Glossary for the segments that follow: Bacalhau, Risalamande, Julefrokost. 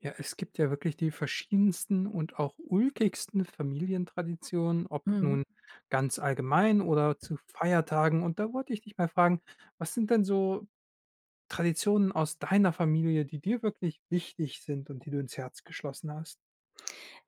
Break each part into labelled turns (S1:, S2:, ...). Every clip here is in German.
S1: Ja, es gibt ja wirklich die verschiedensten und auch ulkigsten Familientraditionen, ob nun
S2: Mhm.
S1: ganz allgemein oder zu Feiertagen. Und da wollte ich dich mal fragen, was sind denn so Traditionen aus deiner Familie, die dir wirklich wichtig sind und die du ins Herz geschlossen hast?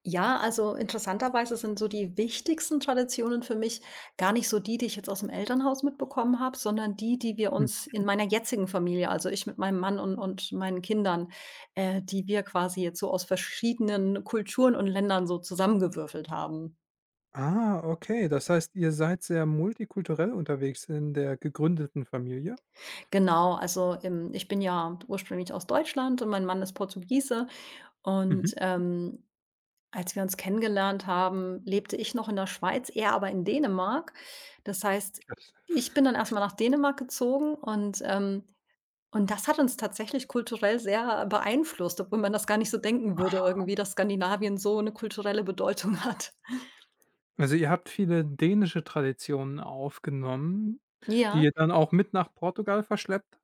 S2: Ja, also interessanterweise sind so die wichtigsten Traditionen für mich gar nicht so die, die ich jetzt aus dem Elternhaus mitbekommen habe, sondern die, die wir
S1: Hm.
S2: uns in meiner jetzigen Familie, also ich mit meinem Mann und meinen Kindern, die wir quasi jetzt so aus verschiedenen Kulturen und Ländern so zusammengewürfelt haben.
S1: Ah, okay. Das heißt, ihr seid sehr multikulturell unterwegs in der gegründeten Familie?
S2: Genau, also, ich bin ja ursprünglich aus Deutschland und mein Mann ist Portugiese
S1: Mhm.
S2: und, als wir uns kennengelernt haben, lebte ich noch in der Schweiz, er aber in Dänemark. Das heißt,
S1: Ja.
S2: ich bin dann erst mal nach Dänemark gezogen, und das hat uns tatsächlich kulturell sehr beeinflusst, obwohl man das gar nicht so denken würde irgendwie, dass Skandinavien so eine kulturelle Bedeutung hat.
S1: Also ihr habt viele dänische Traditionen aufgenommen, die
S2: Ja,
S1: ihr dann auch mit nach Portugal verschleppt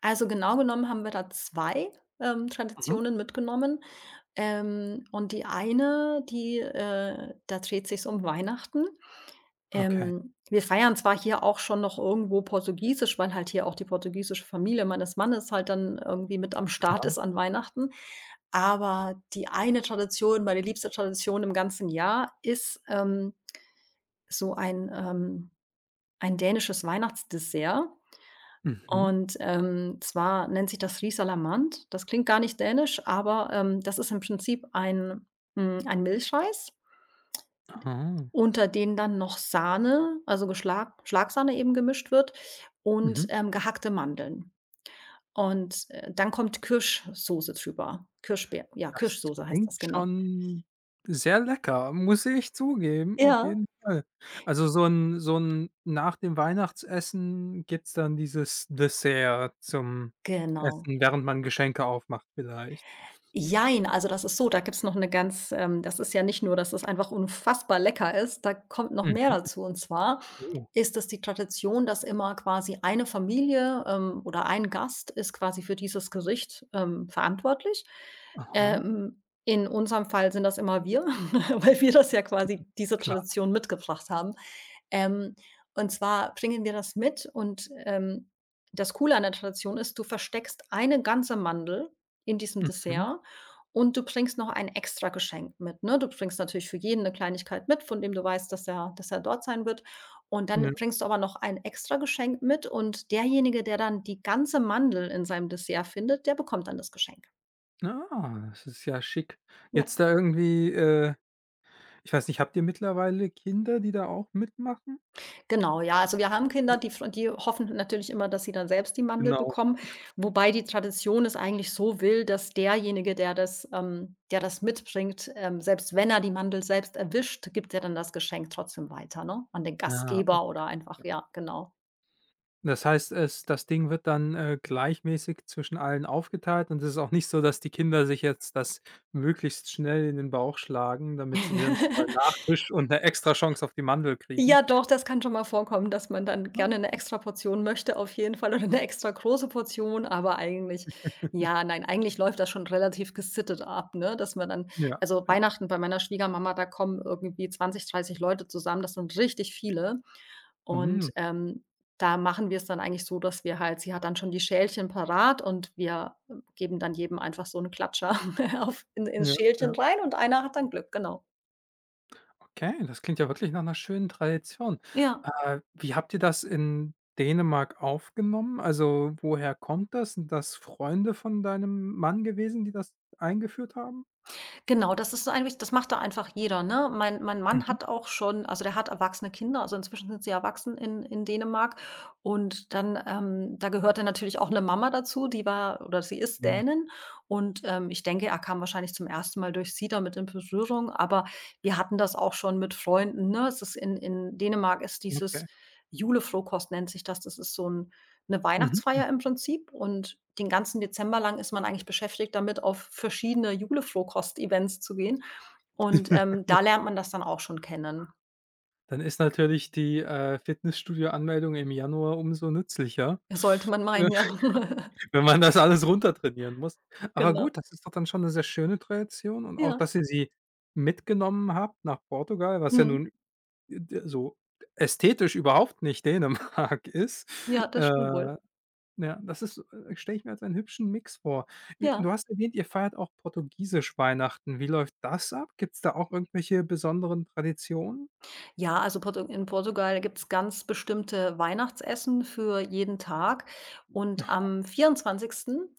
S2: also genau genommen haben wir da 2
S1: habt?
S2: Traditionen mitgenommen. Und die eine, die da dreht sich um Weihnachten.
S1: Okay,
S2: Wir feiern zwar hier auch schon noch irgendwo Portugiesisch, weil halt hier auch die portugiesische Familie meines Mannes halt dann irgendwie mit am Start
S1: klar.
S2: ist an Weihnachten. Aber die eine Tradition, meine liebste Tradition im ganzen Jahr, istso ein, ähm ein dänisches Weihnachtsdessert.
S1: Mhm.
S2: Und, zwar nennt sich das Risalamande. Das klingt gar nicht dänisch, aber, das ist im Prinzip ein Milchreis,
S1: Ah,
S2: unter denen dann noch Sahne, also Geschlag Schlagsahne eben gemischt wird, und,
S1: mhm.
S2: gehackte Mandeln. Und, dann kommt Kirschsoße drüber. Kirschbeer Ja,
S1: Das
S2: Kirschsoße heißt
S1: klingt
S2: das, genau.
S1: schon sehr lecker, muss ich zugeben, auf
S2: Ja,
S1: jeden Fall. Also, so ein nach dem Weihnachtsessen gibt's dann dieses Dessert zum
S2: genau.
S1: Essen, während man Geschenke aufmacht vielleicht.
S2: Jein, also das ist so, da gibt's noch 'ne ganz das ist ja nicht nur, dass es einfach unfassbar lecker ist, da kommt noch mehr
S1: Mhm.
S2: dazu. Und zwar
S1: Oh,
S2: ist es die Tradition, dass immer quasi eine Familie, oder ein Gast ist quasi für dieses Gericht, verantwortlich.
S1: aha,
S2: In unserem Fall sind das immer wir, weil wir das ja quasi diese
S1: klar.
S2: Tradition mitgebracht haben. Ähm, und zwar bringen wir das mit, und das Coole an der Tradition ist, du versteckst eine ganze Mandel in diesem
S1: Mhm.
S2: Dessert und du bringst noch ein extra Geschenk mit, ne? Du bringst natürlich für jeden eine Kleinigkeit mit, von dem du weißt, dass er dort sein wird. Und
S1: Ja.
S2: dann bringst du aber noch ein extra Geschenk mit, und derjenige, der dann die ganze Mandel in seinem Dessert findet, der bekommt dann das Geschenk.
S1: Ah, das ist ja schick.
S2: Ja.
S1: Jetzt da irgendwie, ich weiß nicht, habt ihr mittlerweile Kinder, die da auch mitmachen?
S2: Genau, ja. Also, wir haben Kinder,
S1: Ja,
S2: die hoffen natürlich immer, dass sie dann selbst die Mandel
S1: genau.
S2: bekommen, wobei die Tradition es eigentlich so will, dass derjenige, der das mitbringt, selbst wenn er die Mandel selbst erwischt, gibt er dann das Geschenk trotzdem weiter, ne, an den
S1: Ah,
S2: Gastgeber oder
S1: okay.
S2: einfach, ja, genau.
S1: Das heißt, es das Ding wird dann, gleichmäßig zwischen allen aufgeteilt und es ist auch nicht so, dass die Kinder sich jetzt das möglichst schnell in den Bauch schlagen, damit sie dann nochmal Nachtisch und eine extra Chance auf die Mandel kriegen.
S2: Ja doch, das kann schon mal vorkommen, dass man dann
S1: Ah,
S2: gerne 'ne
S1: okay.
S2: Extraportion möchte auf jeden Fall oder 'ne extra große Portion, aber eigentlich, ja, nein, eigentlich läuft das schon relativ gesittet ab, ne, dass man dann
S1: Ja,
S2: also
S1: ja.
S2: Weihnachten bei meiner Schwiegermama, da kommen irgendwie 20, 30 Leute zusammen, das sind richtig viele.
S1: Mhm.
S2: Und, da machen wir's dann eigentlich so, dass wir halt, sie hat dann schon die Schälchen parat und wir geben dann jedem einfach so 'n Klatscher auf in ins
S1: Ja, ja.
S2: Schälchen rein, und einer hat dann Glück, genau.
S1: Okay, das klingt ja wirklich nach einer schönen Tradition.
S2: Ja.
S1: Wie habt ihr das in Dänemark aufgenommen? Also, woher kommt das? Sind das Freunde von deinem Mann gewesen, die das eingeführt haben?
S2: Genau, das ist so, eigentlich das macht da einfach jeder, ne? Mein Mann
S1: Mhm.
S2: hat auch schon, also, der hat erwachsene Kinder, also, inzwischen sind sie erwachsen in Dänemark, und dann, da gehörte natürlich auch eine Mama dazu, die war, oder sie ist
S1: Ja,
S2: Dänin, und, ich denke, er kam wahrscheinlich zum ersten Mal durch sie damit in Berührung, aber wir hatten das auch schon mit Freunden, ne? Es ist, in Dänemark ist dieses
S1: okay.
S2: Julefrokost, nennt sich das. Das ist so ein, eine
S1: Mhm.
S2: Weihnachtsfeier im Prinzip, und den ganzen Dezember lang ist man eigentlich beschäftigt damit, auf verschiedene Juleflohkost-Events zu gehen, und, da lernt man das dann auch schon kennen.
S1: Dann ist natürlich die, Fitnessstudio-Anmeldung im Januar umso nützlicher,
S2: Sollte man meinen, ja.
S1: wenn man das alles runtertrainieren muss. Aber
S2: Genau.
S1: gut, das ist doch dann schon eine sehr schöne Tradition und auch,
S2: Ja.
S1: dass ihr sie mitgenommen habt nach Portugal, was ja nun
S2: Mhm.
S1: d so ästhetisch überhaupt nicht Dänemark ist.
S2: Ja, das stimmt
S1: Äh,
S2: wohl.
S1: ja, das ist stelle ich mir als einen hübschen Mix vor. Du
S2: Ja.
S1: hast erwähnt, ihr feiert auch portugiesisch Weihnachten. Wie läuft das ab? Gibt es da auch irgendwelche besonderen Traditionen?
S2: Ja, also Portu, in Portugal gibt's ganz bestimmte Weihnachtsessen für jeden Tag. Und am 24.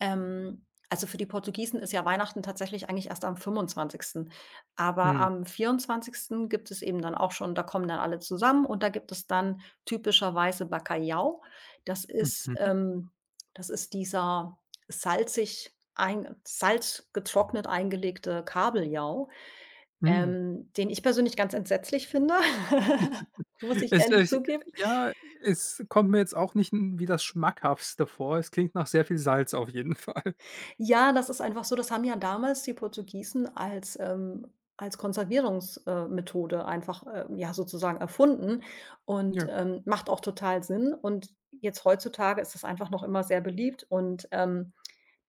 S2: also für die Portugiesen ist ja Weihnachten tatsächlich eigentlich erst am 25. Aber
S1: Mhm,
S2: am 24. gibt es eben dann auch schon, da kommen dann alle zusammen und da gibt es dann typischerweise Bacalhau. Das ist
S1: mhm,
S2: ähm, das ist dieser salzig ein salzgetrocknet eingelegte Kabeljau.
S1: mhm.
S2: Den ich persönlich ganz entsetzlich finde, muss ich
S1: Es
S2: ehrlich
S1: es
S2: zugeben.
S1: ja, es kommt mir jetzt auch nicht n wie das Schmackhaftste vor. Es klingt nach sehr viel Salz auf jeden Fall.
S2: Ja, das ist einfach so, das haben ja damals die Portugiesen als Konservierungsmethode, Methode einfach, ja, sozusagen erfunden, und,
S1: Ja.
S2: macht auch total Sinn. Und jetzt heutzutage ist es einfach noch immer sehr beliebt, und,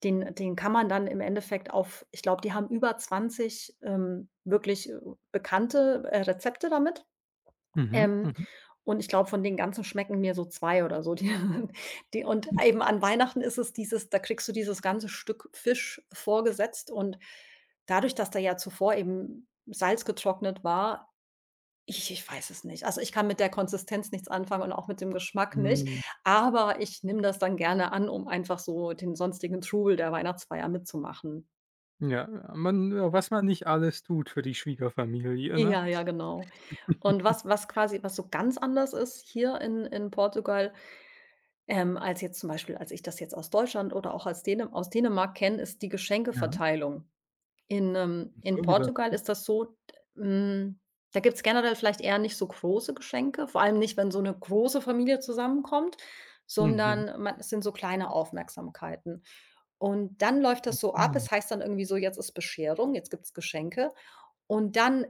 S2: den kann man dann im Endeffekt auf, ich glaube, die haben über 20 wirklich, bekannte, Rezepte damit.
S1: Mhm,
S2: Ähm,
S1: mhm.
S2: und ich glaube, von den ganzen schmecken mir so 2 oder so. Die die und eben an Weihnachten ist es dieses, da kriegst du dieses ganze Stück Fisch vorgesetzt, und dadurch, dass da ja zuvor eben Salz getrocknet war, ich weiß es nicht. Also, ich kann mit der Konsistenz nichts anfangen und auch mit dem Geschmack nicht,
S1: Hm,
S2: aber ich nehme das dann gerne an, um einfach so den sonstigen Trubel der Weihnachtsfeier mitzumachen.
S1: ja, man ja, was man nicht alles tut für die Schwiegerfamilie, ne?
S2: Ja, ja, genau. Und was was quasi was so ganz anders ist hier in Portugal, als jetzt zum Beispiel, als ich das jetzt aus Deutschland oder auch als Däne aus Dänemark kenne, ist die
S1: Ja,
S2: Geschenkeverteilung. In
S1: so wieder
S2: Portugal
S1: viel.
S2: ist das so, hm, da gibt's generell vielleicht eher nicht so große Geschenke, vor allem nicht, wenn so eine große Familie zusammenkommt,
S1: Mhm.
S2: sondern man, es sind so kleine Aufmerksamkeiten. Und dann läuft das so ab,
S1: Ja,
S2: es heißt dann irgendwie so: „Jetzt ist Bescherung, jetzt gibt's Geschenke.“ Und dann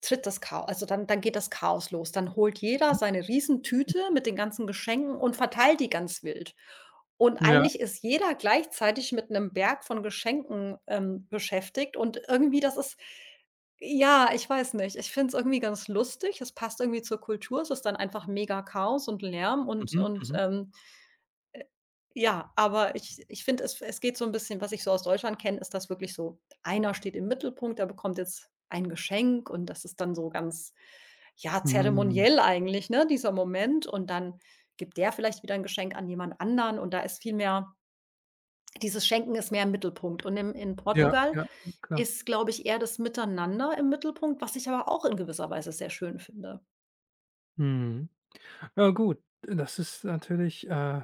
S2: tritt das Chaos, also dann, dann geht das Chaos los. Dann holt jeder
S1: mhm.
S2: seine Riesentüte mit den ganzen Geschenken und verteilt die ganz wild. Und
S1: Ja,
S2: eigentlich ist jeder gleichzeitig mit einem Berg von Geschenken beschäftigt, und irgendwie das ist, ja, ich weiß nicht. Ich finde es irgendwie ganz lustig. Es passt irgendwie zur Kultur. Es ist dann einfach mega Chaos und Lärm und
S1: mhm,
S2: und,
S1: mhm.
S2: ähm ja, aber ich finde, es geht so ein bisschen, was ich so aus Deutschland kenne, ist das wirklich so, einer steht im Mittelpunkt, der bekommt jetzt ein Geschenk und das ist dann so ganz, ja,
S1: Hm.
S2: zeremoniell eigentlich, ne, dieser Moment, und dann gibt der vielleicht wieder ein Geschenk an jemand anderen, und da ist viel mehr dieses Schenken ist mehr im Mittelpunkt, und im, in
S1: Ja,
S2: Portugal
S1: ja, klar.
S2: ist, glaube ich, eher das Miteinander im Mittelpunkt, was ich aber auch in gewisser Weise sehr schön finde.
S1: Mhm. Ja gut, das ist natürlich,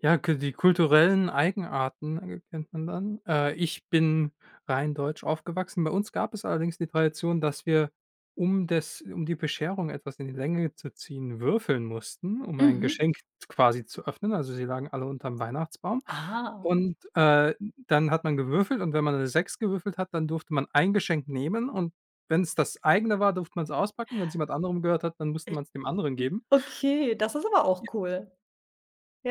S1: ja, k die kulturellen Eigenarten erkennt man dann. Ich bin rein deutsch aufgewachsen. Bei uns gab es allerdings die Tradition, dass wir, um die Bescherung etwas in die Länge zu ziehen, würfeln mussten, um ein
S2: Mhm.
S1: Geschenk quasi zu öffnen. Also, sie lagen alle unterm Weihnachtsbaum
S2: Ah,
S1: und, dann hat man gewürfelt, und wenn man eine Sechs gewürfelt hat, dann durfte man ein Geschenk nehmen und wenn es das eigene war, durfte man es auspacken. Wenn Wenn's jemand anderem gehört hat, dann musste
S2: äh,
S1: man es dem anderen geben.
S2: okay, das ist aber auch cool.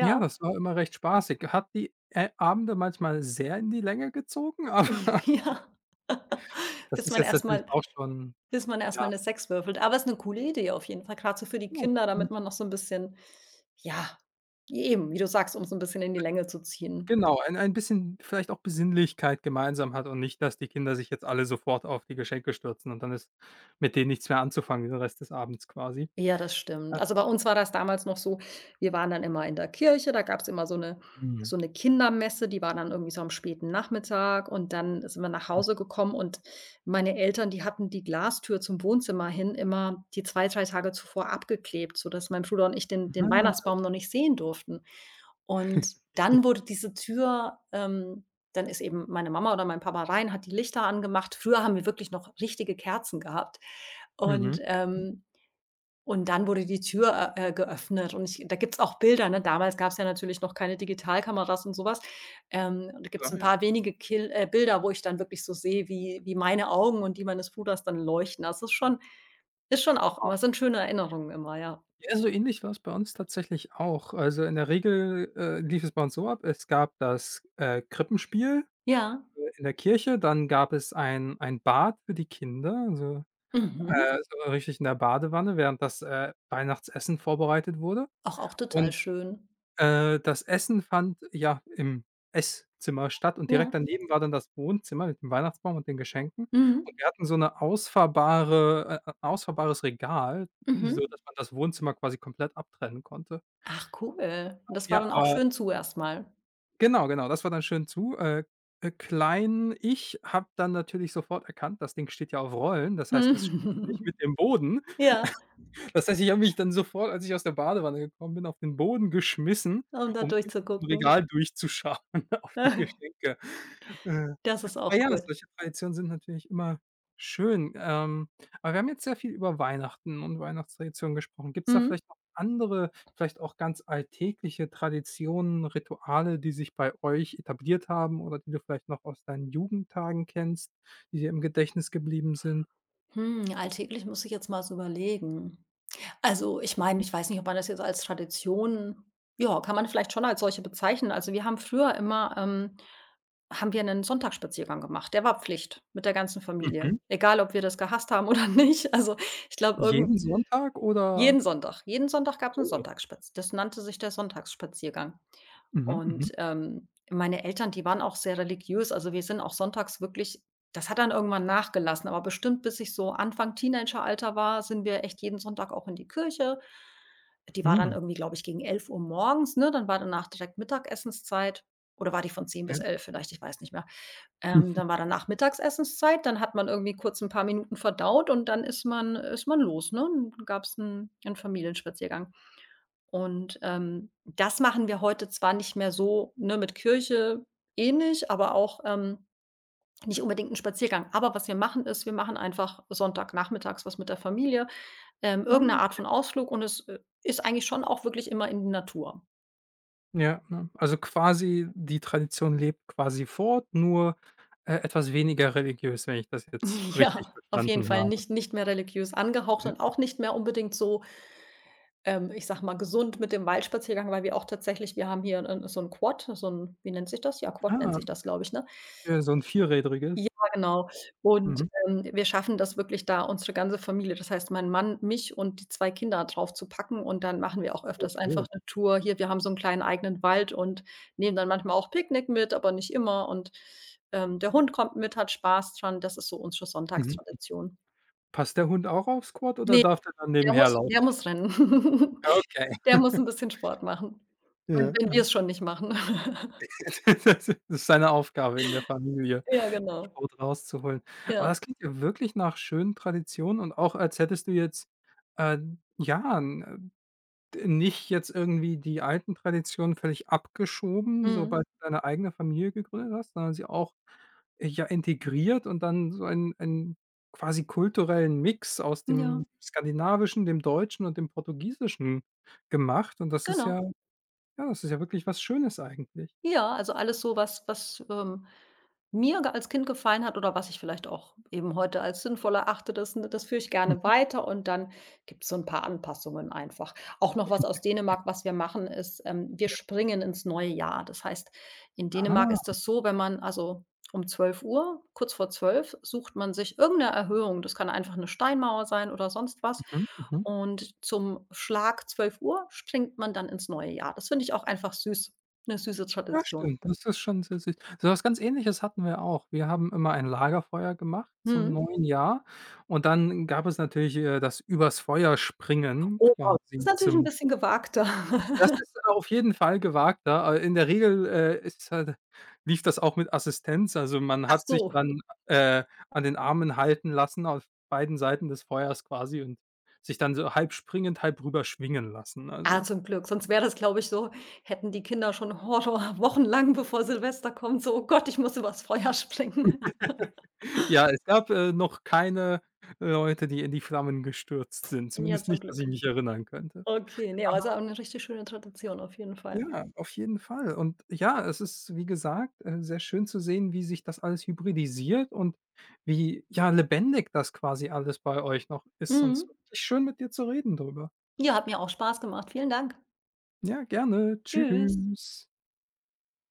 S1: Ja, das war immer recht spaßig. Hat die Ä Abende manchmal sehr in die Länge gezogen, aber
S2: Ja.
S1: das
S2: Bis
S1: ist
S2: man
S1: jetzt natürlich
S2: erstmal
S1: auch schon
S2: bis man erstmal
S1: ja,
S2: eine Sex würfelt. Aber es ist eine coole Idee auf jeden Fall, grad so für die Kinder, damit man noch so ein bisschen, ja, eben, wie du sagst, um's ein bisschen in die Länge zu ziehen.
S1: genau, ein bisschen vielleicht auch Besinnlichkeit gemeinsam hat und nicht, dass die Kinder sich jetzt alle sofort auf die Geschenke stürzen und dann ist mit denen nichts mehr anzufangen den Rest des Abends quasi.
S2: Ja, das stimmt.
S1: Ah,
S2: Also, bei uns war das damals noch so, wir waren dann immer in der Kirche, da gab's immer so 'ne
S1: mhm.
S2: so 'ne Kindermesse, die war dann irgendwie so am späten Nachmittag, und dann sind wir nach Hause gekommen, und meine Eltern, die hatten die Glastür zum Wohnzimmer hin immer die zwei, 3 Tage zuvor abgeklebt, sodass mein Bruder und ich den
S1: Mhm.
S2: Weihnachtsbaum noch nicht sehen durften. Und dann wurde diese Tür, dann ist eben meine Mama oder mein Papa rein, hat die Lichter angemacht. Früher haben wir wirklich noch richtige Kerzen gehabt,
S1: Mhm.
S2: und
S1: Mhm.
S2: dann wurde die Tür geöffnet, und ich, da gibt's auch Bilder, ne? Damals gab's ja natürlich noch keine Digitalkameras und sowas. Und da gibt's
S1: Klar,
S2: ein
S1: ja.
S2: paar wenige Kill Bilder, wo ich dann wirklich so sehe, wie meine Augen und die meines Bruders dann leuchten. Das ist schon, ist schon auch immer, sind schöne Erinnerungen immer, ja.
S1: Ja, so ähnlich war's bei uns tatsächlich auch. Also, in der Regel, lief es bei uns so ab, es gab das, Krippenspiel
S2: Ja,
S1: in der Kirche, dann gab es ein Bad für die Kinder, also,
S2: mhm.
S1: Mhm, so richtig in der Badewanne, während das, Weihnachtsessen vorbereitet wurde.
S2: Auch auch total
S1: Und,
S2: schön.
S1: das Essen fand ja im Esszimmer statt und direkt
S2: Ja.
S1: daneben war dann das Wohnzimmer mit dem Weihnachtsbaum und den Geschenken. Und
S2: Mhm.
S1: wir hatten so eine ausfahrbares Regal, so
S2: Mhm.
S1: dass man das Wohnzimmer quasi komplett abtrennen konnte.
S2: Ach cool. Das war
S1: Ja,
S2: dann auch
S1: aber
S2: schön zu erstmal.
S1: genau, genau, das war dann schön zu. Klein, ich habe dann natürlich sofort erkannt, das Ding steht ja auf Rollen, das heißt, es schließt nicht mit dem Boden.
S2: Ja,
S1: Das heißt, ich habe mich dann sofort, als ich aus der Badewanne gekommen bin, auf den Boden geschmissen,
S2: um da
S1: um unter diesem
S2: durchzugucken.
S1: Regal durchzuschauen auf die Geschenke. Äh,
S2: Das ist
S1: aber
S2: auch
S1: ja,
S2: cool.
S1: solche Traditionen sind natürlich immer schön. Aber wir haben jetzt sehr viel über Weihnachten und Weihnachtstraditionen gesprochen. Gibt es da
S2: Mhm.
S1: vielleicht noch andere, vielleicht auch ganz alltägliche Traditionen, Rituale, die sich bei euch etabliert haben oder die du vielleicht noch aus deinen Jugendtagen kennst, die dir im Gedächtnis geblieben sind?
S2: Alltäglich muss ich jetzt mal so überlegen. Also, ich meine, ich weiß nicht, ob man das jetzt als Tradition, ja, kann man vielleicht schon als solche bezeichnen. Also, wir haben früher immer, haben wir einen Sonntagsspaziergang gemacht. Der war Pflicht mit der ganzen
S1: Mhm.
S2: Familie, egal ob wir das gehasst haben oder nicht. Also, ich glaube,
S1: Jeden
S2: irgend,
S1: Sonntag oder
S2: jeden Sonntag gab es einen
S1: Oh.
S2: Sonntagsspaziergang. Das nannte sich der Sonntagsspaziergang.
S1: Mhm, mhm,
S2: Und, meine Eltern, die waren auch sehr religiös. Also, wir sind auch sonntags wirklich, das hat dann irgendwann nachgelassen, aber bestimmt bis ich so Anfang Teenageralter war, sind wir echt jeden Sonntag auch in die Kirche. Die war dann
S1: mhm.
S2: irgendwie, glaube ich, gegen 11 Uhr morgens, ne? Dann war danach direkt Mittagessenszeit, oder war die von zehn
S1: Ja.
S2: bis elf? Vielleicht, ich weiß nicht mehr. Dann war danach Mittagessenszeit, dann hat man irgendwie kurz ein paar Minuten verdaut und dann ist man, ist man los, ne? Dann gab es einen 'n Familienspaziergang. Und, das machen wir heute zwar nicht mehr so, ne, mit Kirche ähnlich, aber auch, nicht unbedingt 'n Spaziergang. Aber was wir machen, ist, wir machen einfach sonntagnachmittags was mit der Familie,
S1: Ah,
S2: irgend 'ne Art
S1: okay.
S2: von Ausflug, und es, ist eigentlich schon auch wirklich immer in die Natur.
S1: Ja, ne? Also, quasi die Tradition lebt quasi fort, nur, etwas weniger religiös, wenn ich das jetzt richtig
S2: Ja, auf jeden
S1: verstanden
S2: Fall
S1: habe.
S2: nicht mehr religiös angehaucht und
S1: Ja.
S2: auch nicht mehr unbedingt so, ich sage mal, gesund mit dem Waldspaziergang, weil wir auch tatsächlich, wir haben hier 'n so 'n Quad, so 'n, wie nennt sich das? Ja, Quad nennt
S1: Ah,
S2: sich das, glaube ich, ne?
S1: okay, so 'n vierrädriges.
S2: Ja, genau. Und,
S1: Mhm.
S2: wir schaffen das wirklich, da unsere ganze Familie, das heißt, mein Mann, mich und die 2 Kinder drauf zu packen, und dann machen wir auch öfters
S1: Okay.
S2: einfach eine Tour. Hier, wir haben so einen kleinen eigenen Wald und nehmen dann manchmal auch Picknick mit, aber nicht immer, und, der Hund kommt mit, hat Spaß dran. Das ist so unsere
S1: Mhm.
S2: Sonntagstradition.
S1: Passt der Hund auch aufs Quad oder
S2: Ne,
S1: darf der dann
S2: der muss
S1: nebenherlaufen?
S2: der muss rennen.
S1: Okay.
S2: Der muss ein bisschen Sport machen, wenn
S1: Ja,
S2: wenn
S1: ah.
S2: wir es schon nicht machen.
S1: Das ist seine Aufgabe in der Familie,
S2: Ja,
S1: den
S2: genau.
S1: Sport rauszuholen. Aber
S2: Ja.
S1: das klingt ja wirklich nach schönen Traditionen und auch als hättest du jetzt, äh, ja, 'n nicht jetzt irgendwie die alten Traditionen völlig abgeschoben,
S2: Mhm.
S1: sobald du deine eigene Familie gegründet hast, sondern sie auch, ja, integriert und dann so einen quasi kulturellen Mix aus
S2: Ja,
S1: dem Skandinavischen, dem Deutschen und dem Portugiesischen gemacht, und das ist ja
S2: genau.
S1: ja, das ist ja wirklich was Schönes eigentlich.
S2: Ja, also alles so, was Mir ge als Kind gefallen hat oder was ich vielleicht auch eben heute als sinnvoll erachte, das, ne, das führe ich gerne
S1: Mhm.
S2: weiter, und dann gibt es so ein paar Anpassungen einfach. Auch noch was aus Dänemark, was wir machen, ist, wir
S1: Ja.
S2: springen ins neue Jahr. Das heißt, in Dänemark ist
S1: Ah.
S2: das so, wenn man, also um 12 Uhr, kurz vor 12, sucht man sich irgendeine Erhöhung. Das kann einfach eine Steinmauer sein oder sonst was.
S1: Mhm, mhm.
S2: Und zum Schlag 12 Uhr springt man dann ins neue Jahr. Das finde ich auch einfach süß, eine süße
S1: Ja,
S2: Tradition.
S1: stimmt. Das ist schon sehr süß. So was ganz Ähnliches hatten wir auch. Wir haben immer ein Lagerfeuer gemacht zum
S2: Mhm.
S1: neuen Jahr und dann gab es natürlich, das übers Feuer springen
S2: Oh wow, das ist
S1: quasi
S2: natürlich 'n
S1: zum
S2: bisschen gewagter.
S1: das ist auf jeden Fall gewagter. In der Regel, ist halt lief das auch mit Assistenz. Also, man
S2: Ach
S1: hat sich
S2: so.
S1: dann, äh, an den Armen halten lassen auf beiden Seiten des Feuers quasi und sich dann so halb springend, halb rüber schwingen lassen,
S2: Ah,
S1: also
S2: zum Glück, sonst wäre das, glaube ich, so, hätten die Kinder schon Horror wochenlang, bevor Silvester kommt, so: „Oh Gott, ich muss übers Feuer springen.“
S1: ja, es gab, noch keine Leute, die in die Flammen gestürzt sind.
S2: Ja,
S1: Zumindest
S2: zum
S1: nicht, dass ich
S2: Glück.
S1: mich erinnern könnte.
S2: Okay, ne, aber
S1: Aber
S2: ist auch 'ne richtig schöne Tradition auf jeden Fall.
S1: ja, auf jeden Fall. Und ja, es ist, wie gesagt, sehr schön zu sehen, wie sich das alles hybridisiert und wie, ja, lebendig das quasi alles bei euch noch ist. Und
S2: Mhm.
S1: es war wirklich schön, mit dir zu reden drüber.
S2: Ja, hat mir auch Spaß gemacht. Vielen Dank.
S1: Ja, gerne.
S2: Tschüss.
S1: Tschüss.